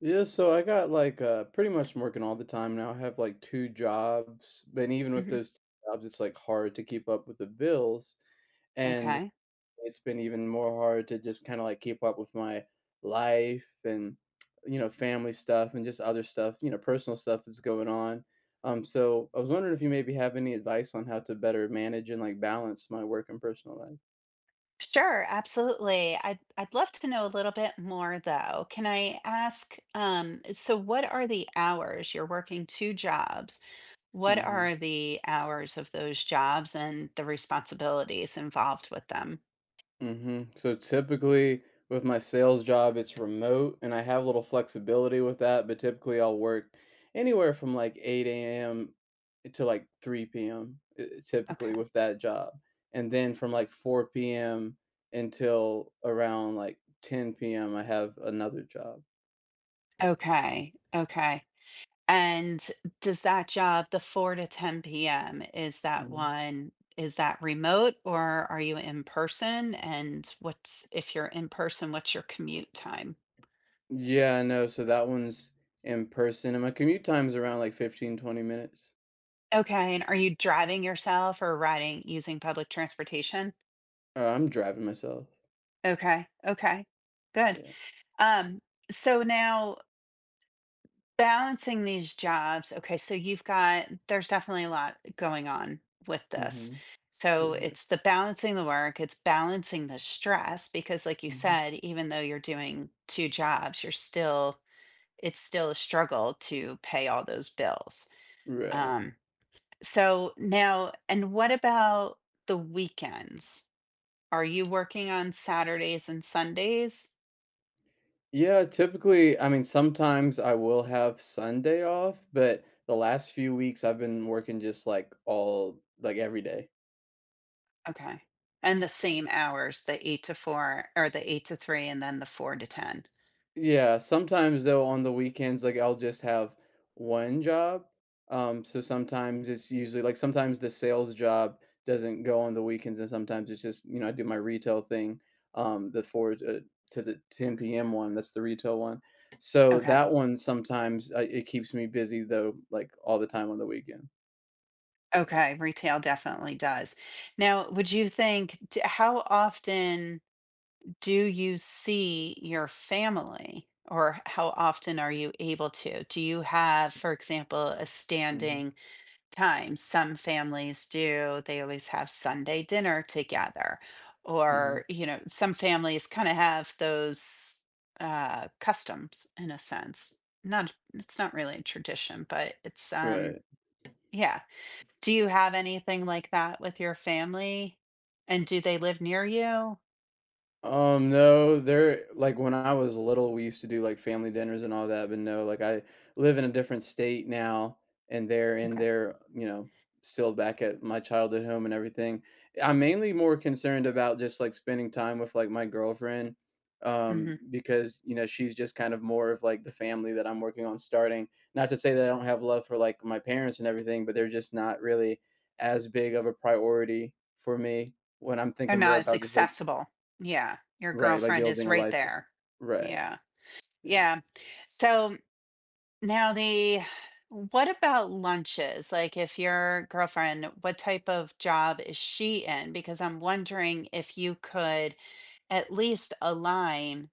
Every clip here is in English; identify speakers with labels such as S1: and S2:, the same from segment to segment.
S1: Yeah, so I got like pretty much I'm working all the time now. I have like two jobs, but even with
S2: Hmm.
S1: those two jobs, it's like hard to keep up with the bills. And
S2: Okay.
S1: it's been even more hard to just kind of like keep up with my life and family stuff and just other stuff, personal stuff that's going on. So I was wondering if you maybe have any advice on how to better manage and like balance my work and personal life.
S2: Sure, absolutely. I'd love to know a little bit more though. Can I ask, so what are the hours? You're working two jobs. What
S1: Hmm.
S2: are the hours of those jobs and the responsibilities involved with them?
S1: Mhm. So typically with my sales job, it's remote and I have a little flexibility with that, but typically I'll work anywhere from like 8 a.m. to like 3 p.m. Typically
S2: Okay.
S1: with that job. And then from like 4 p.m. until around like 10 p.m., I have another job.
S2: Okay, okay. And does that job, the 4 to 10 p.m.,
S1: Hmm.
S2: is that remote or are you in person? And if you're in person, what's your commute time?
S1: Yeah, no. So that one's in person and my commute time's around like 15-20 minutes.
S2: Okay, and are you driving yourself or riding using public transportation?
S1: I'm driving myself.
S2: Okay, okay, good.
S1: Yeah.
S2: Um, so now balancing these jobs, okay, so you've got there's definitely a lot going on with this.
S1: Hmm.
S2: So
S1: For sure.
S2: it's the balancing the work, it's balancing the stress because like you
S1: Hmm.
S2: said, even though you're doing two jobs, you're still it's still a struggle to pay all those bills.
S1: Right.
S2: Um, so now, and what about the weekends? Are you working on Saturdays and Sundays?
S1: Yeah, typically, I mean, sometimes I will have Sunday off, but the last few weeks I've been working just like all like every day.
S2: Okay. And the same hours, the 8 to 4 or the 8 to 3 and then the 4 to 10.
S1: Yeah, sometimes though on the weekends, like I'll just have one job. So sometimes it's usually like sometimes the sales job doesn't go on the weekends, and sometimes it's just I do my retail thing. The 4 to the 10 p.m. one, that's the retail one. So
S2: Okay.
S1: that one sometimes it keeps me busy though, like all the time on the weekend.
S2: Okay, retail definitely does. Now, would you think d how often do you see your family? Or how often are you able to? Do you have, for example, a
S1: Mm-hmm.
S2: standing time? Some families do. They always have Sunday dinner together.
S1: Mhm.
S2: Or, you know, some families kind of have those customs in a sense. Not, it's not really a tradition, but it's,
S1: Right.
S2: yeah. Do you have anything like that with your family? And do they live near you?
S1: No, there like, when I was little, we used to do, like, family dinners and all that, but no, like, I live in a different state now, and they're in
S2: Okay.
S1: their, still back at my childhood home and everything. I'm mainly more concerned about just, like, spending time with, like, my girlfriend,
S2: Hmm.
S1: because, she's just kind of more of, like, the family that I'm working on starting. Not to say that I don't have love for, like, my parents and everything, but they're just not really as big of a priority for me when I'm
S2: They're
S1: thinking more
S2: not as
S1: about just, like.
S2: accessible. Yeah. Your
S1: Right. Like
S2: girlfriend is
S1: building a
S2: right
S1: life of.
S2: there.
S1: Right,
S2: Yeah.
S1: yeah,
S2: Yeah. So, Now the What about lunches? Like if your girlfriend, what type of job is she in? Because I'm wondering if you could at least align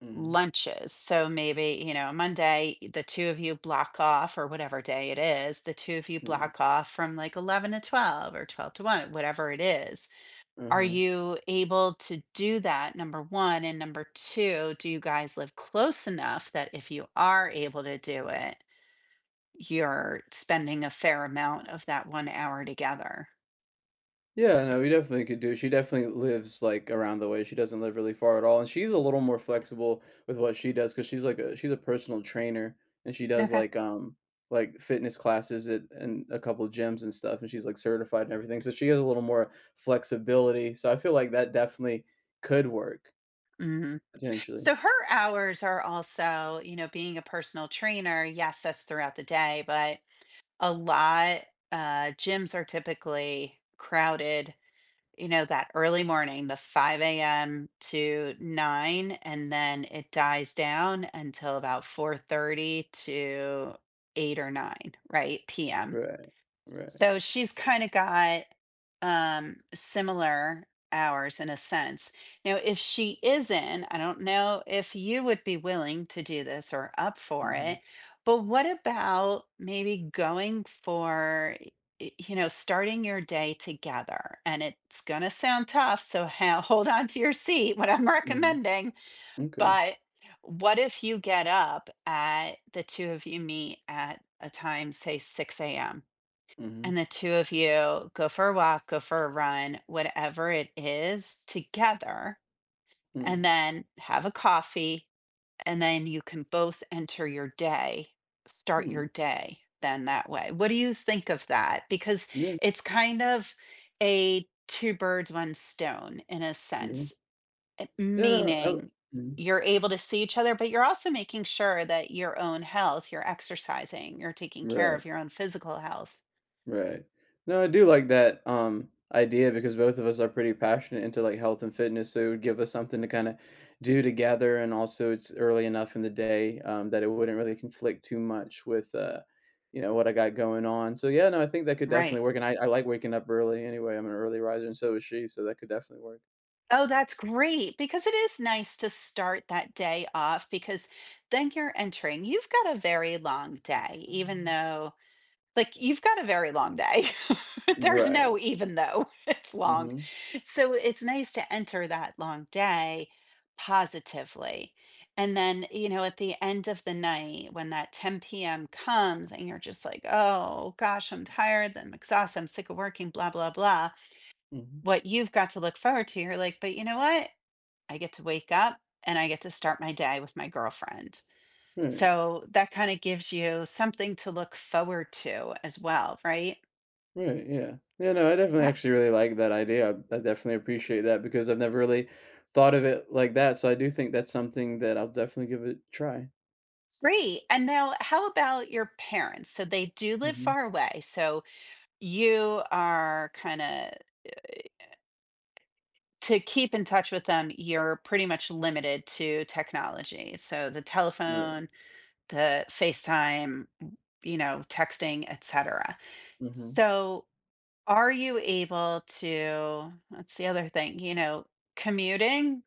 S1: mhm,
S2: lunches. So maybe, you know, Monday, the two of you block off, or whatever day it is, the two of you
S1: yeah,
S2: block off from like 11 to 12 or 12 to 1, whatever it is. Are
S1: uh-huh.
S2: you able to do that? Number one. And number two, do you guys live close enough that if you are able to do it, you're spending a fair amount of that 1 hour together.
S1: Yeah, no, we definitely could do she definitely lives, like, around the way, she doesn't live really far at all, and she's a little more flexible with what she does because she's a personal trainer, and she does,
S2: Okay.
S1: like, fitness classes at in a couple of gyms and stuff, and she's, like, certified and everything, so she has a little more flexibility, so I feel like that definitely could work,
S2: Mhm.
S1: potentially.
S2: So her hours are also, you know, being a personal trainer, yes, that's throughout the day, but a lot, gyms are typically crowded, you know, that early morning, the 5 a.m. to 9, and then it dies down until about 4:30 to 8 or 9, right, PM.
S1: Right, right,
S2: So she's kind of got similar hours in a sense. Now, if she isn't, I don't know if you would be willing to do this or up for
S1: mhm,
S2: it, but what about maybe going for, starting your day together? And it's going to sound tough, so hold on to your seat, what I'm
S1: mhm,
S2: recommending.
S1: okay,
S2: But what if you get up at the two of you meet at a time, say 6 a.m.?
S1: mhm,
S2: And the 2 of you go for a walk, go for a run, whatever it is together, and
S1: hmm,
S2: then have a coffee, and then you can both enter your day start
S1: hmm,
S2: your day then that way. What do you think of that? Because
S1: yeah,
S2: it's kind of a 2 birds, 1 stone in a
S1: yeah.
S2: sense, eh,
S1: Yeah, no, I l
S2: meaning
S1: mhm.
S2: you're able to see each other, but you're also making sure that your own health, you're exercising, you're taking care
S1: Right,
S2: of your own physical health.
S1: right. No, I do like that, idea because both of us are pretty passionate into, like, health and fitness, so it would give us something to kinda do together, and also it's early enough in the day, that it wouldn't really conflict too much with, what I got going on. So, yeah, no, I think that could
S2: Right.
S1: definitely work, and I like waking up early anyway. I'm an early riser, and so is she, so that could definitely work.
S2: Oh, that's great because it is nice to start that day off because then you're entering. You've got a very long day, even though, like, you've got a very long day. There's
S1: Right.
S2: no even though it's long.
S1: Mhm,
S2: So it's nice to enter that long day positively. And then, you know, at the end of the night, when that 10 p.m. comes and you're just like, oh gosh, I'm tired, I'm exhausted, I'm sick of working, blah, blah, blah,
S1: mhm.
S2: what you've got to look forward to. You're like, but you know what? I get to wake up and I get to start my day with my girlfriend.
S1: Right.
S2: So that kind of gives you something to look forward to as well, right?
S1: Right, yeah. Yeah, no, I definitely
S2: Ha-
S1: actually really like that idea. I definitely appreciate that because I've never really thought of it like that. So I do think that's something that I'll definitely give it a try.
S2: Great. And now, how about your parents? So they do live
S1: Hmm.
S2: far away. So you are kind of to keep in touch with them, you're pretty much limited to technology. So the
S1: Right.
S2: telephone, the FaceTime, you know, texting, etc.
S1: Hmm.
S2: So Are you able to that's the other thing, you know, commuting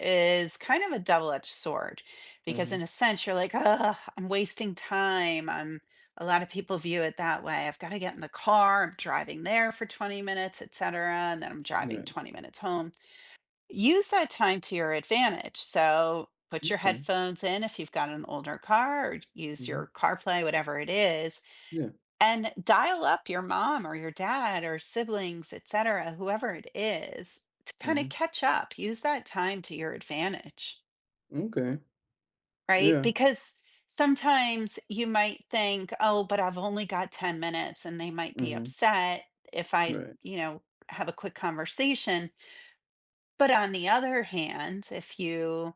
S2: is kind of a double-edged sword because
S1: Hmm.
S2: in a sense you're like, "Oh, I'm wasting time." I'm A lot of people view it that way. I've got to get in the car. I'm driving there for 20 minutes, et cetera, and then I'm driving
S1: Right.
S2: 20 minutes home. Use that time to your advantage. So put your
S1: Okay.
S2: headphones in if you've got an older car or use
S1: Hmm.
S2: your CarPlay, whatever it is,
S1: Yeah.
S2: and dial up your mom or your dad or siblings, etc., whoever it is, to kind of
S1: Hmm.
S2: catch up. Use that time to your advantage,
S1: Okay.
S2: right?
S1: Yeah.
S2: Because sometimes you might think, oh, but I've only got 10 minutes and they might be
S1: Hmm.
S2: upset if I,
S1: Right.
S2: you know, have a quick conversation. But on the other hand, if you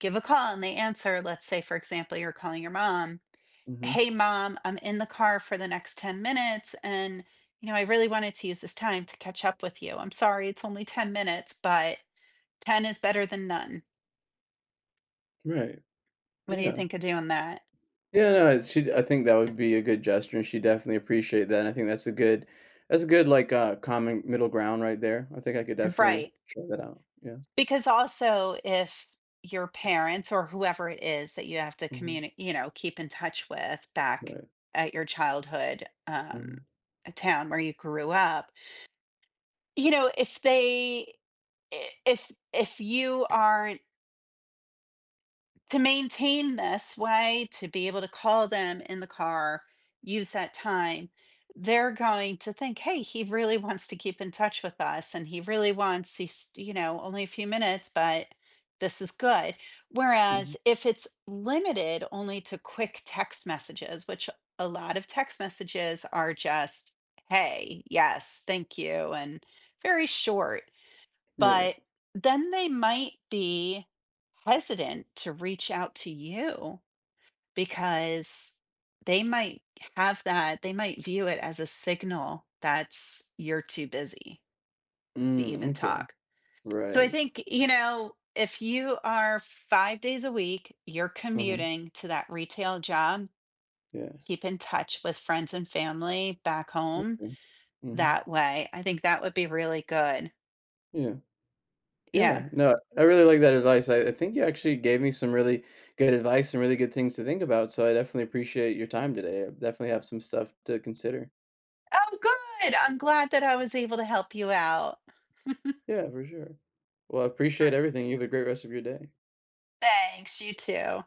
S2: give a call and they answer, let's say, for example, you're calling your mom,
S1: Hmm.
S2: hey mom, I'm in the car for the next 10 minutes and, you know, I really wanted to use this time to catch up with you. I'm sorry it's only 10 minutes, but 10 is better than none.
S1: Right.
S2: What do you
S1: Yeah.
S2: think of doing that?
S1: Yeah. No, she. I think that would be a good gesture, and she definitely appreciate that. And I think that's a good like common middle ground right there. I think I could definitely
S2: Right?
S1: try that out. Yeah.
S2: Because also, if your parents or whoever it is that you have to
S1: Hmm.
S2: communicate, you know, keep in touch with back
S1: Right.
S2: at your childhood
S1: Hmm.
S2: a town where you grew up, you know, if they if you are to maintain this way, to be able to call them in the car, use that time, they're going to think, hey, he really wants to keep in touch with us and he really wants, he's, you know, only a few minutes, but this is good.
S1: Mhm.
S2: Whereas if it's limited only to quick text messages, which a lot of text messages are just, hey, yes, thank you, and very short,
S1: Right.
S2: but then they might be hesitant to reach out to you because they might have that they might view it as a signal that's you're too busy to
S1: Mm,
S2: even
S1: okay.
S2: talk. So I
S1: Right.
S2: think, you know, if you are 5 days a week, you're
S1: Uh-huh.
S2: commuting to that retail job,
S1: Yeah.
S2: keep in touch with friends and family back home
S1: Okay. Mhm.
S2: that way. I think that would be really good.
S1: Yeah. Yeah.
S2: Yeah.
S1: No, I really like that advice. I think you actually gave me some really good advice and really good things to think about. So I definitely appreciate your time today. I definitely have some stuff to consider.
S2: Oh, good. I'm glad that I was able to help you out.
S1: Yeah, for sure. Well, I appreciate
S2: Or
S1: everything. You have a great rest of your day.
S2: thanks, you too.